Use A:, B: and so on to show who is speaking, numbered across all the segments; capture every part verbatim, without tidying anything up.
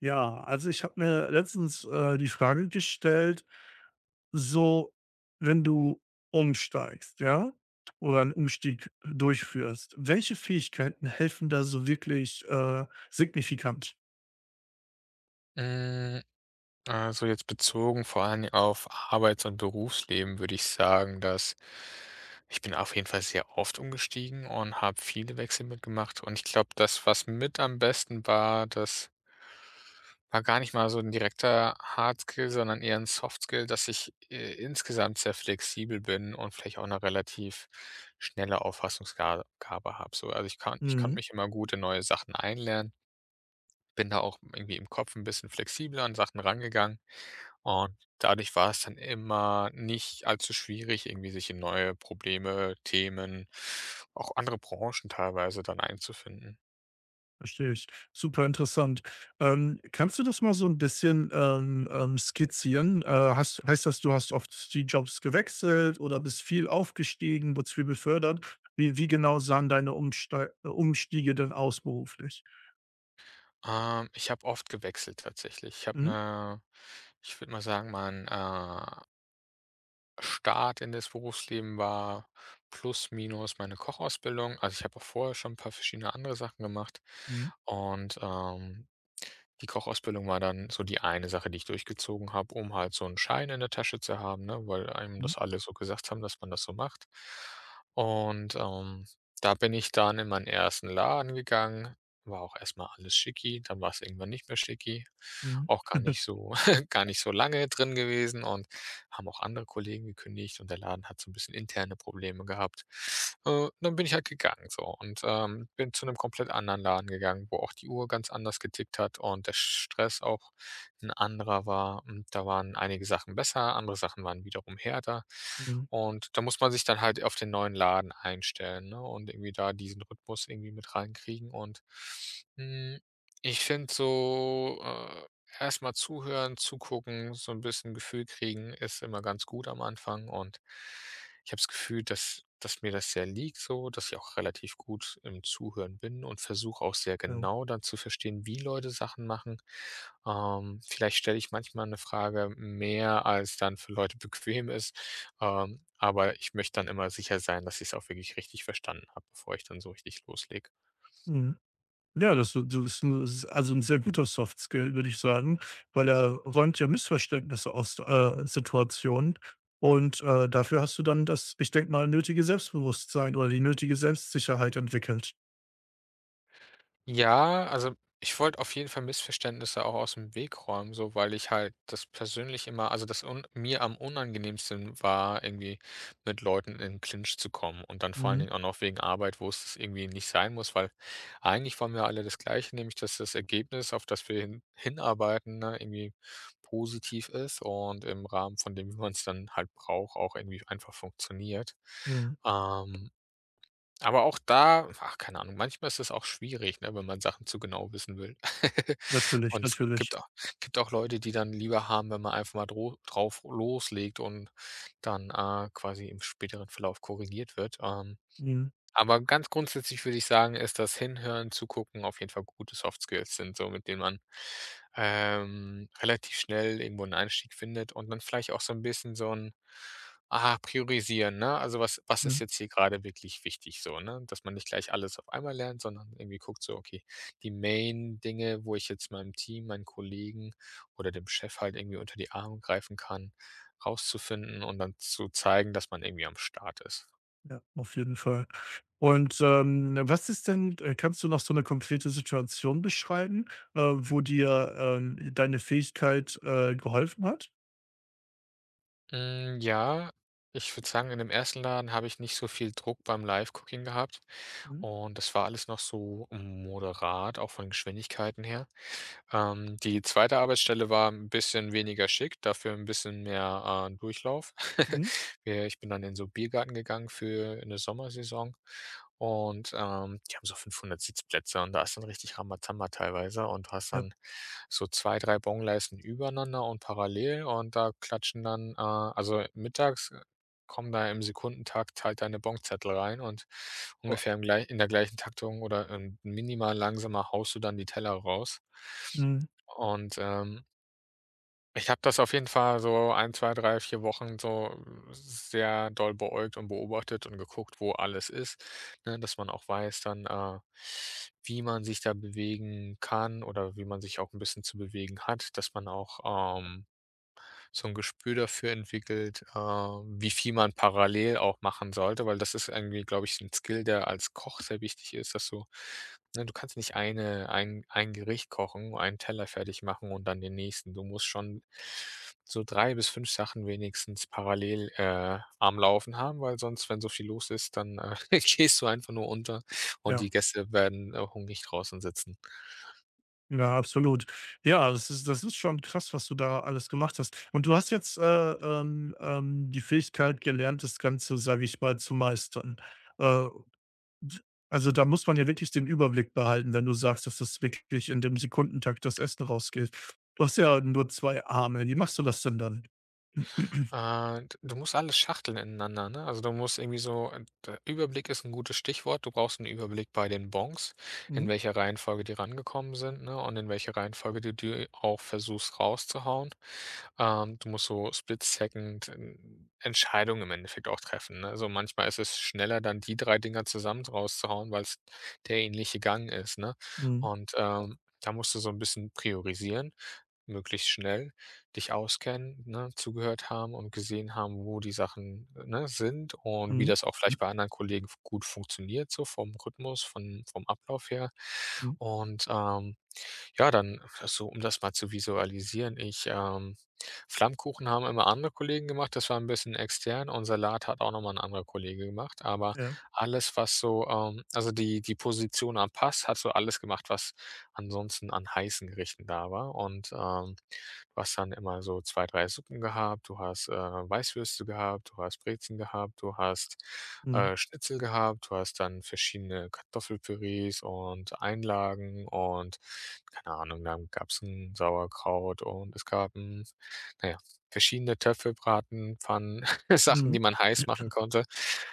A: Ja, also ich habe mir letztens äh, die Frage gestellt, so wenn du umsteigst, ja, oder einen Umstieg durchführst, welche Fähigkeiten helfen da so wirklich äh, signifikant?
B: Hm, also jetzt bezogen vor allem auf Arbeits und Berufsleben würde ich sagen, dass ich bin auf jeden Fall sehr oft umgestiegen und habe viele Wechsel mitgemacht. Und ich glaube, das, was mit am besten war, das war gar nicht mal so ein direkter Hardskill, sondern eher ein Softskill, dass ich, äh, insgesamt sehr flexibel bin und vielleicht auch eine relativ schnelle Auffassungsgabe habe so. Also, ich kann ich konnte
A: Mhm.
B: mich immer gut in neue Sachen einlernen. Bin da auch irgendwie im Kopf ein bisschen flexibler an Sachen rangegangen und dadurch war es dann immer nicht allzu schwierig, irgendwie sich in neue Probleme, Themen, auch andere Branchen teilweise dann einzufinden.
A: Verstehe ich. Super interessant. Ähm, kannst du das mal so ein bisschen ähm, ähm, skizzieren? Äh, hast, heißt das, du hast oft die Jobs gewechselt oder bist viel aufgestiegen, wurdest viel befördert? Wie, wie genau sahen deine Umsteig Umstiege denn aus beruflich?
B: Ähm, ich habe oft gewechselt tatsächlich. Ich habe
A: Mhm.
B: eine Ich würde mal sagen, mein, äh Start in das Berufsleben war plus minus meine Kochausbildung. Also, ich habe auch vorher schon ein paar verschiedene andere Sachen gemacht
A: Mhm,
B: und, ähm, die Kochausbildung war dann so die eine Sache, die ich durchgezogen habe, um halt so einen Schein in der Tasche zu haben, ne, weil einem
A: mhm,
B: das alle so gesagt haben, dass man das so macht. Und, ähm, da bin ich dann in meinen ersten Laden gegangen, war auch erst mal alles schicki, dann war es irgendwann nicht mehr schicki,
A: mhm.
B: auch gar nicht so gar nicht so lange drin gewesen und haben auch andere Kollegen gekündigt und der Laden hat so ein bisschen interne Probleme gehabt. Äh, dann bin ich halt gegangen so und, ähm, bin zu einem komplett anderen Laden gegangen, wo auch die Uhr ganz anders getickt hat und der Stress auch ein anderer war. Und da waren einige Sachen besser, andere Sachen waren wiederum härter.
A: Mhm,
B: Und da muss man sich dann halt auf den neuen Laden einstellen, ne, und irgendwie da diesen Rhythmus irgendwie mit reinkriegen. Und, hm, ich finde so, äh erst mal zuhören, zugucken, so ein bisschen Gefühl kriegen ist immer ganz gut am Anfang und ich habe das Gefühl, dass dass mir das sehr liegt so, dass ich auch relativ gut im Zuhören bin und versuche auch sehr
A: ja.
B: genau dann zu verstehen, wie Leute Sachen machen. Ähm, vielleicht stelle ich manchmal eine Frage mehr, als dann für Leute bequem ist, ähm, aber ich möchte dann immer sicher sein, dass ich es auch wirklich richtig verstanden habe, bevor ich dann so richtig loslege.
A: Mhm. Ja, das so so ist 'n ist also ein sehr guter Soft Skill, würde ich sagen, weil er räumt ja Missverständnisse aus, äh, Situationen und, äh, dafür hast du dann das, ich denke mal, nötige Selbstbewusstsein oder die nötige Selbstsicherheit entwickelt.
B: Ja, also ich wollte auf jeden Fall Missverständnisse auch aus dem Weg räumen, so weil ich halt das persönlich immer, also das un mir am unangenehmsten war, irgendwie mit Leuten in Clinch zu kommen und dann vor allen
A: Mhm,
B: Dingen auch noch wegen Arbeit, wo es das irgendwie nicht sein muss, weil eigentlich wollen wir alle das Gleiche, nämlich dass das Ergebnis, auf das wir hin hinarbeiten, ne, irgendwie positiv ist und im Rahmen von dem, wie man es dann halt braucht, auch irgendwie einfach funktioniert.
A: mhm.
B: Ähm, aber auch da ach, keine Ahnung, manchmal ist es auch schwierig, ne, wenn man Sachen zu genau wissen will.
A: Natürlich,
B: Und es
A: natürlich.
B: gibt auch gibt auch Leute, die dann lieber haben, wenn man einfach mal dro drauf loslegt und dann, äh, quasi im späteren Verlauf korrigiert wird. Ähm
A: Mhm,
B: aber ganz grundsätzlich würde ich sagen, ist das Hinhören, Zugucken auf jeden Fall gute Soft Skills sind, so mit denen man, ähm, relativ schnell irgendwo einen Einstieg findet und dann vielleicht auch so ein bisschen so ein ah, priorisieren, ne? Also, was was ist
A: mhm.
B: jetzt hier gerade wirklich wichtig so, ne? Dass man nicht gleich alles auf einmal lernt, sondern irgendwie guckt so: „Okay, die Main-Dinge, wo ich jetzt meinem Team, meinen Kollegen oder dem Chef halt irgendwie unter die Arme greifen kann“, rauszufinden und dann zu zeigen, dass man irgendwie am Start ist.
A: Ja, auf jeden Fall. Und, ähm, was ist denn äh, kannst du noch so eine konkrete Situation beschreiben, äh, wo dir, ähm, deine Fähigkeit, äh, geholfen hat?
B: Hm, ja, ich würde sagen, in dem ersten Laden habe ich nicht so viel Druck beim Live-Cooking gehabt
A: Mhm,
B: und das war alles noch so moderat, auch von Geschwindigkeiten her. Ähm, die zweite Arbeitsstelle war ein bisschen weniger schick, dafür ein bisschen mehr, äh, Durchlauf.
A: mhm,
B: Wir Ich bin dann in so Biergarten gegangen für eine Sommersaison und, ähm, die haben so fünfhundert Sitzplätze und da ist dann richtig Rambazamba teilweise und du hast
A: ja.
B: dann so zwei drei Bongleisten übereinander und parallel und da klatschen dann äh, also mittags, äh, kommen da im Sekundentakt halt deine Bongzettel rein und
A: Boah.
B: ungefähr im gleich in der gleichen Taktung oder, ähm, minimal langsamer haust du dann die Teller raus.
A: Mhm,
B: Und, ähm ich habe das auf jeden Fall so ein, zwei, drei, vier Wochen so sehr doll beäugt und beobachtet und geguckt, wo alles ist, ne, dass man auch weiß dann, äh, wie man sich da bewegen kann oder wie man sich auch ein bisschen zu bewegen hat, dass man auch, ähm so ein Gespür dafür entwickelt, äh, wie viel man parallel auch machen sollte, weil das ist irgendwie, glaube ich, ein Skill, der als Koch sehr wichtig ist, dass du ne, du kannst nicht eine ein ein Gericht kochen, einen Teller fertig machen und dann den nächsten. Du musst schon so drei bis fünf Sachen wenigstens parallel, äh, am Laufen haben, weil sonst, wenn so viel los ist, dann, äh, gehst du einfach nur unter und die
A: ja.
B: Gäste werden, äh, hungrig draußen sitzen.
A: Ja, absolut. Ja, das ist das ist schon krass, was du da alles gemacht hast. Und du hast jetzt, äh, ähm, ähm, die Fähigkeit gelernt, das Ganze, sage ich mal, zu meistern. Äh also, da muss man ja wirklich den Überblick behalten, wenn du sagst, dass das wirklich in dem Sekundentakt das Essen rausgeht. Du hast ja nur zwei Arme. Wie machst du das denn dann?
B: Äh, d Du musst alles schachteln ineinander, ne? Also, du musst irgendwie so äh, d Überblick ist ein gutes Stichwort. Du brauchst einen Überblick bei den Bonds, in
A: Mhm,
B: welcher Reihenfolge die rangekommen sind, ne, und in welcher Reihenfolge du die auch versuchst rauszuhauen. Ähm, du musst so split second en Entscheidungen im Endeffekt auch treffen, ne? Also, manchmal ist es schneller, dann die drei Dinger zusammen rauszuhauen, weil es der ähnliche Gang ist, ne?
A: mhm,
B: Und, ähm, da musst du so ein bisschen priorisieren, möglichst schnell dich auskennen, ne, zugehört haben und gesehen haben, wo die Sachen, äh, ne, sind und wie
A: mhm,
B: das auch vielleicht bei anderen Kollegen f gut funktioniert, so vom Rhythmus, von vom Ablauf her.
A: mhm,
B: Und, ähm, ja, dann so, um das mal zu visualisieren, ich, ähm Flammkuchen haben immer andere Kollegen gemacht, das war ein bisschen extern und Salat hat auch nochmal ein anderer Kollege gemacht, aber
A: ja,
B: alles, was so, ähm also die die Position am Pass hat so alles gemacht, was ansonsten an heißen Gerichten da war. Und, ähm, du hast dann immer so zwei drei Suppen gehabt, du hast, äh, Weißwürste gehabt, du hast Brezen gehabt, du hast,
A: mhm,
B: äh, Schnitzel gehabt, du hast dann verschiedene Kartoffelpürees und Einlagen und keine Ahnung, dann gab es ein Sauerkraut und es gab 'n na ja, verschiedene Töpfe, Braten, Pfannen, Sachen,
A: mhm.
B: die man heiß machen konnte.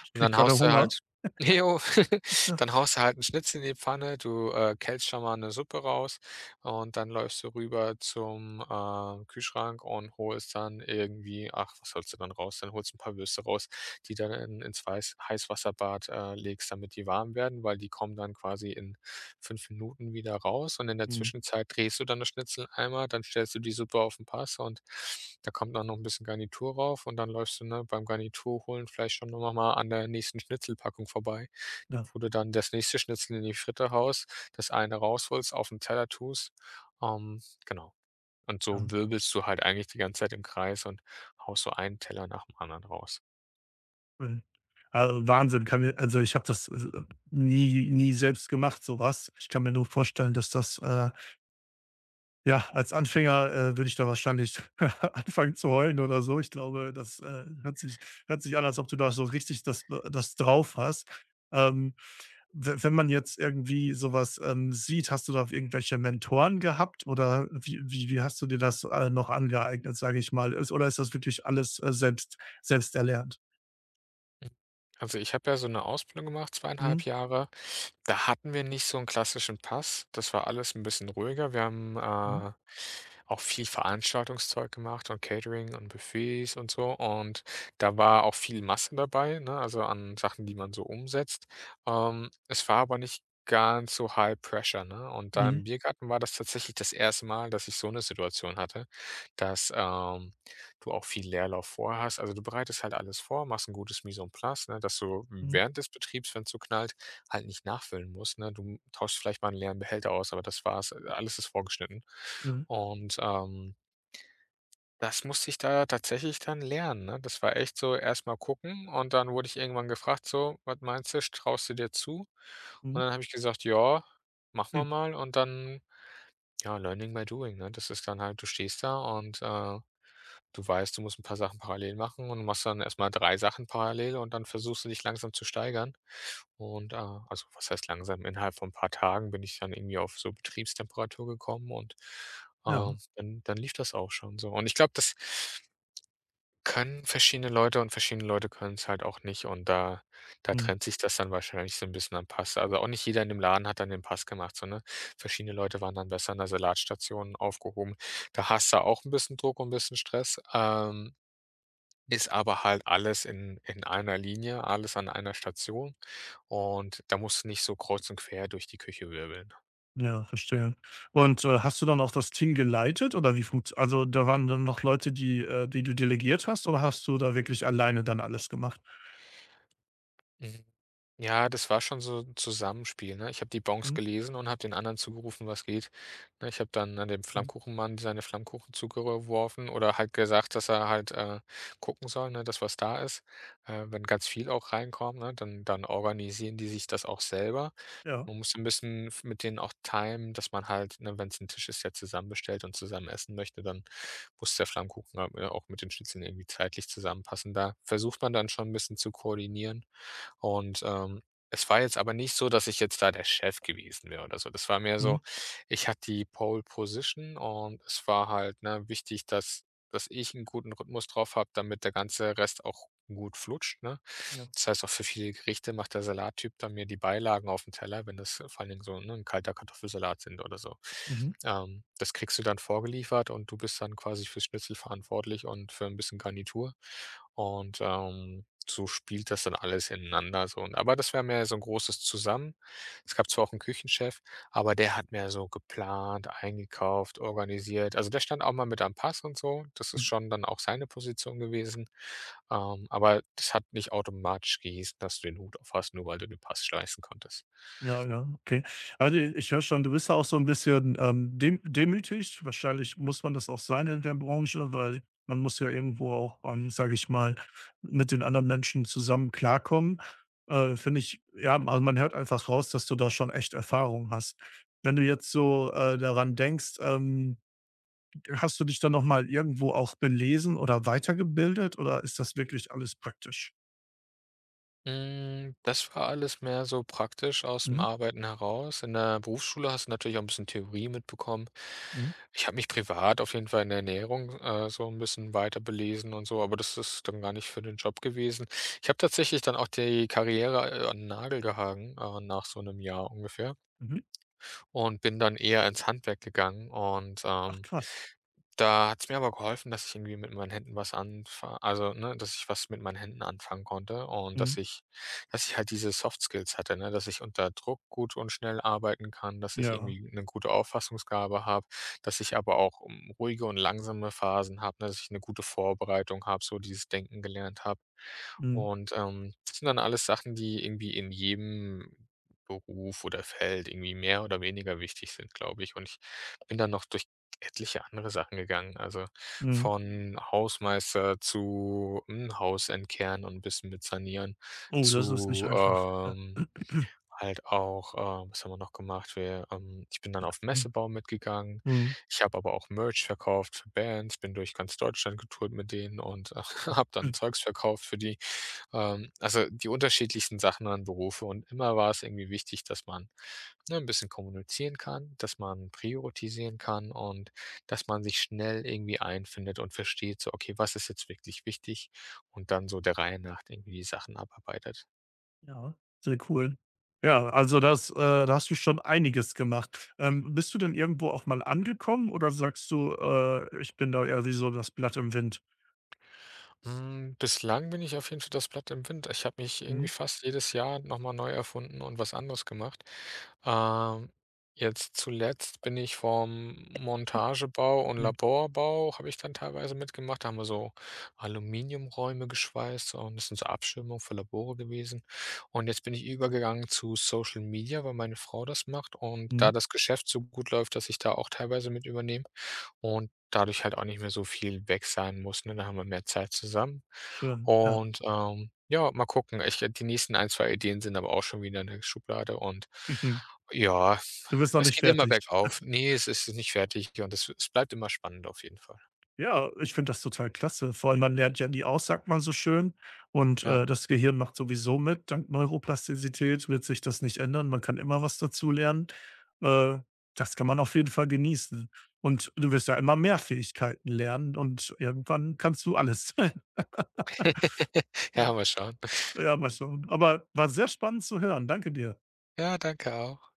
A: Ich
B: Und
A: kriege
B: dann
A: grade
B: haust du
A: Hunger.
B: halt Jo,
A: Ja,
B: dann haust du halt 'n Schnitzel in die Pfanne, du, äh, kältst schon mal eine Suppe raus und dann läufst du rüber zum, ähm, Kühlschrank und holst dann irgendwie ach, was holst du dann raus? Dann holst du ein paar Würste raus die dann in ins Weiß Heißwasserbad, äh, legst, damit die warm werden, weil die kommen dann quasi in fünf Minuten wieder raus und in der
A: mhm,
B: Zwischenzeit drehst du dann das Schnitzel einmal, dann stellst du die Suppe auf den Pass und da kommt dann noch ein bisschen Garnitur rauf und dann läufst du, ne, beim Garnitur holen vielleicht schon noch mal an der nächsten Schnitzelpackung vorbei,
A: ja,
B: wo du dann das nächste Schnitzel in die Fritte haust, das eine rausholst, auf den Teller tust. Ähm, genau. Und so
A: ja,
B: wirbelst du halt eigentlich die ganze Zeit im Kreis und haust so einen Teller nach dem anderen raus.
A: mhm. Also, Wahnsinn, kann mir also, ich habe das, äh, nie nie selbst gemacht, so was. Ich kann mir nur vorstellen, dass das, äh ja, als Anfänger, äh, würde ich da wahrscheinlich anfangen zu heulen oder so. Ich glaube, das, äh, hört sich hört sich an, als ob du da so richtig das äh, das drauf hast. Ähm, we Wenn man jetzt irgendwie sowas ähm, sieht, hast du da irgendwelche Mentoren gehabt oder wie wie wie hast du dir das, äh, noch angeeignet, sage ich mal? Ist oder ist das wirklich alles, äh, selbst selbst erlernt?
B: Also, ich habe ja so eine Ausbildung gemacht,
A: Mhm,
B: zweieinhalb Jahre. Da hatten wir nicht so einen klassischen Pass. Das war alles ein bisschen ruhiger. Wir haben,
A: mhm,
B: äh, auch viel Veranstaltungszeug gemacht und Catering und Buffets und so. Und da war auch viel Masse dabei, ne, also an Sachen, die man so umsetzt. Ähm, es war aber nicht ganz so high pressure, ne? Und da
A: mhm,
B: im Biergarten war das tatsächlich das erste Mal, dass ich so eine Situation hatte, dass, ähm du auch viel Leerlauf vorher hast. Also, du bereitest halt alles vor, machst ein gutes Mise en place, ne, dass du
A: mhm,
B: während des Betriebs, wenn's so knallt, halt nicht nachfüllen musst, ne? Du tauschst vielleicht mal einen leeren Behälter aus, aber das war's. Äh, Alles ist vorgeschnitten.
A: mhm,
B: Und, ähm, das musste ich da tatsächlich dann lernen, ne? Das war echt so erstmal gucken und dann wurde ich irgendwann gefragt so: „Was meinst du, traust du dir zu?“ Und
A: mhm,
B: dann habe ich gesagt: „Ja, machen
A: mhm,
B: wir mal.“ Und dann ja, Learning by Doing, ne? Das ist dann halt du stehst da und, äh, du weißt, du musst ein paar Sachen parallel machen und machst dann erstmal drei Sachen parallel und dann versuchst du dich langsam zu steigern. Und, äh also, was heißt langsam? Innerhalb von ein paar Tagen bin ich dann irgendwie auf so Betriebstemperatur gekommen und,
A: ja,
B: ähm, dann dann lief das auch schon so. Und ich glaube, das können verschiedene Leute und verschiedene Leute können es halt auch nicht, und da da
A: mhm.
B: trennt sich das dann wahrscheinlich so 'n bisschen am Pass. Also, auch nicht jeder in dem Laden hat dann den Pass gemacht, so, ne? Verschiedene Leute waren dann besser an der Salatstation aufgehoben. Da hast du auch 'n bisschen Druck und 'n bisschen Stress, ähm, ist aber halt alles in in einer Linie, alles an einer Station, und da musst du nicht so kreuz und quer durch die Küche wirbeln.
A: Ja, verstehe. Und, äh, hast du dann auch das Team geleitet oder wie funkt also, da waren dann noch Leute, die äh, die du delegiert hast oder hast du da wirklich alleine dann alles gemacht?
B: Mhm. Ja, das war schon so 'n Zusammenspiel, ne? Ich habe die Bonks
A: Mhm,
B: gelesen und habe den anderen zugerufen, was geht. Ne, ich habe dann an dem
A: mhm,
B: Flammkuchenmann seine Flammkuchen zugeworfen oder halt gesagt, dass er halt äh, gucken soll, ne, dass was da ist. Äh, wenn ganz viel auch reinkommt, ne, dann dann organisieren die sich das auch selber.
A: ja,
B: Man muss ein bisschen f mit denen auch timen, dass man halt, ne, wenn es ein Tisch ist, der zusammen bestellt und zusammen essen möchte, dann muss der Flammkuchen halt äh, auch mit den Schnitzeln irgendwie zeitlich zusammenpassen. Da versucht man dann schon ein bisschen zu koordinieren. Und ähm, es war jetzt aber nicht so, dass ich jetzt da der Chef gewesen wäre oder so. Das war mehr so,
A: mhm,
B: ich hatte die Pole Position, und es war halt, ne, wichtig, dass dass ich einen guten Rhythmus drauf habe, damit der ganze Rest auch gut flutscht, ne?
A: ja,
B: Das heißt, auch für viele Gerichte macht der Salattyp dann mir die Beilagen auf den Teller, wenn das vor allen Dingen so, ne, 'n kalter Kartoffelsalat sind oder so.
A: mhm.
B: Ähm, das kriegst du dann vorgeliefert, und du bist dann quasi fürs Schnitzel verantwortlich und für ein bisschen Garnitur. Und ähm, so spielt das dann alles ineinander so. Und aber das wäre mehr so ein großes Zusammen. Es gab zwar auch einen Küchenchef, aber der hat mehr so geplant, eingekauft, organisiert. Also, der stand auch mal mit am Pass und so. Das ist schon dann auch seine Position gewesen. Ähm, aber das hat nicht automatisch gehießen, dass du den Hut auf hast, nur weil du den Pass schleißen konntest.
A: Ja, ja, okay. Also, ich höre schon, du bist ja auch so ein bisschen, ähm, dem demütig. Wahrscheinlich muss man das auch sein in der Branche, weil man muss ja irgendwo auch, ähm, sage ich mal, mit den anderen Menschen zusammen klarkommen. Äh, finde ich ja, also, man hört einfach raus, dass du da schon echt Erfahrung hast. Wenn du jetzt so, äh, daran denkst, ähm, hast du dich dann noch mal irgendwo auch belesen oder weitergebildet oder ist das wirklich alles praktisch?
B: Hm, das war alles mehr so praktisch aus dem
A: Mhm,
B: Arbeiten heraus. In der Berufsschule hast du natürlich auch ein bisschen Theorie mitbekommen.
A: mhm,
B: Ich habe mich privat auf jeden Fall in der Ernährung äh, so ein bisschen weiter belesen und so, aber das ist dann gar nicht für den Job gewesen. Ich habe tatsächlich dann auch die Karriere äh, an den Nagel gehangen, äh, nach so einem Jahr ungefähr,
A: mhm.
B: und bin dann eher ins Handwerk gegangen, und
A: Ach
B: ähm
A: krass.
B: da hat es mir aber geholfen, dass ich irgendwie mit meinen Händen was anfange, also, ne, dass ich was mit meinen Händen anfangen konnte und dass
A: Mhm.
B: ich dass ich halt diese Soft Skills hatte, ne, dass ich unter Druck gut und schnell arbeiten kann, dass ich
A: Ja.
B: irgendwie eine gute Auffassungsgabe habe, dass ich aber auch, hm, ruhige und langsame Phasen habe, ne, dass ich eine gute Vorbereitung habe, so dieses Denken gelernt habe.
A: Mhm,
B: Und ähm, das sind dann alles Sachen, die irgendwie in jedem Beruf oder Feld irgendwie mehr oder weniger wichtig sind, glaube ich. Und ich bin dann noch durch etliche andere Sachen gegangen, also
A: mhm.
B: von Hausmeister zu, hm, Haus entkern und 'n bisschen mit sanieren
A: Oh, das ist nicht
B: zu
A: einfach. Ja.
B: ähm halt auch, ähm was haben wir noch gemacht? Wir ähm, ich bin dann auf Messebau mitgegangen.
A: Mhm.
B: Ich habe aber auch Merch verkauft für Bands, bin durch ganz Deutschland getourt mit denen und äh, habe dann Zeugs verkauft für die. Ähm, also, die unterschiedlichsten Sachen an Berufe, und immer war es irgendwie wichtig, dass man, ne, 'n bisschen kommunizieren kann, dass man priorisieren kann und dass man sich schnell irgendwie einfindet und versteht, so: „Okay, was ist jetzt wirklich wichtig?“ Und dann so der Reihe nach irgendwie die Sachen abarbeitet.
A: Ja, sehr cool. Ja, also das, äh da hast du schon einiges gemacht. Ähm, bist du denn irgendwo auch mal angekommen oder sagst du, äh: „Ich bin da eher wie so das Blatt im Wind?“
B: Hm, bislang bin ich auf jeden Fall das Blatt im Wind. Ich habe mich irgendwie
A: Mhm,
B: fast jedes Jahr nochmal neu erfunden und was anderes gemacht. Ähm, Jetzt zuletzt bin ich vom Montagebau, und
A: mhm,
B: Laborbau habe ich dann teilweise mitgemacht. Da haben wir so Aluminiumräume geschweißt, und das sind so Abschirmungen für Labore gewesen. Und jetzt bin ich übergegangen zu Social Media, weil meine Frau das macht und da
A: mhm,
B: das Geschäft so gut läuft, dass ich da auch teilweise mit übernehme und dadurch halt auch nicht mehr so viel weg sein muss, ne? Da haben wir mehr Zeit zusammen.
A: schön, ja.
B: Und ähm, ja, mal gucken. Ich die nächsten ein, zwei Ideen sind aber auch schon wieder in der Schublade, und
A: Mhm.
B: ja,
A: Du bist noch
B: es
A: nicht
B: geht immer
A: fertig.
B: bergauf. Ne, es ist nicht fertig, und es es bleibt immer spannend auf jeden Fall.
A: Ja, ich finde das total klasse. Vor allem man lernt ja nie aus, sagt man so schön. Und,
B: Ja.
A: äh, das Gehirn macht sowieso mit. Dank Neuroplastizität wird sich das nicht ändern. Man kann immer was dazulernen. Äh, Das kann man auf jeden Fall genießen. Und du wirst ja immer mehr Fähigkeiten lernen und irgendwann kannst du alles. Ja,
B: Ja, mal schauen.
A: ja, mal schauen. Aber war sehr spannend zu hören. Danke dir.
B: Ja, danke auch.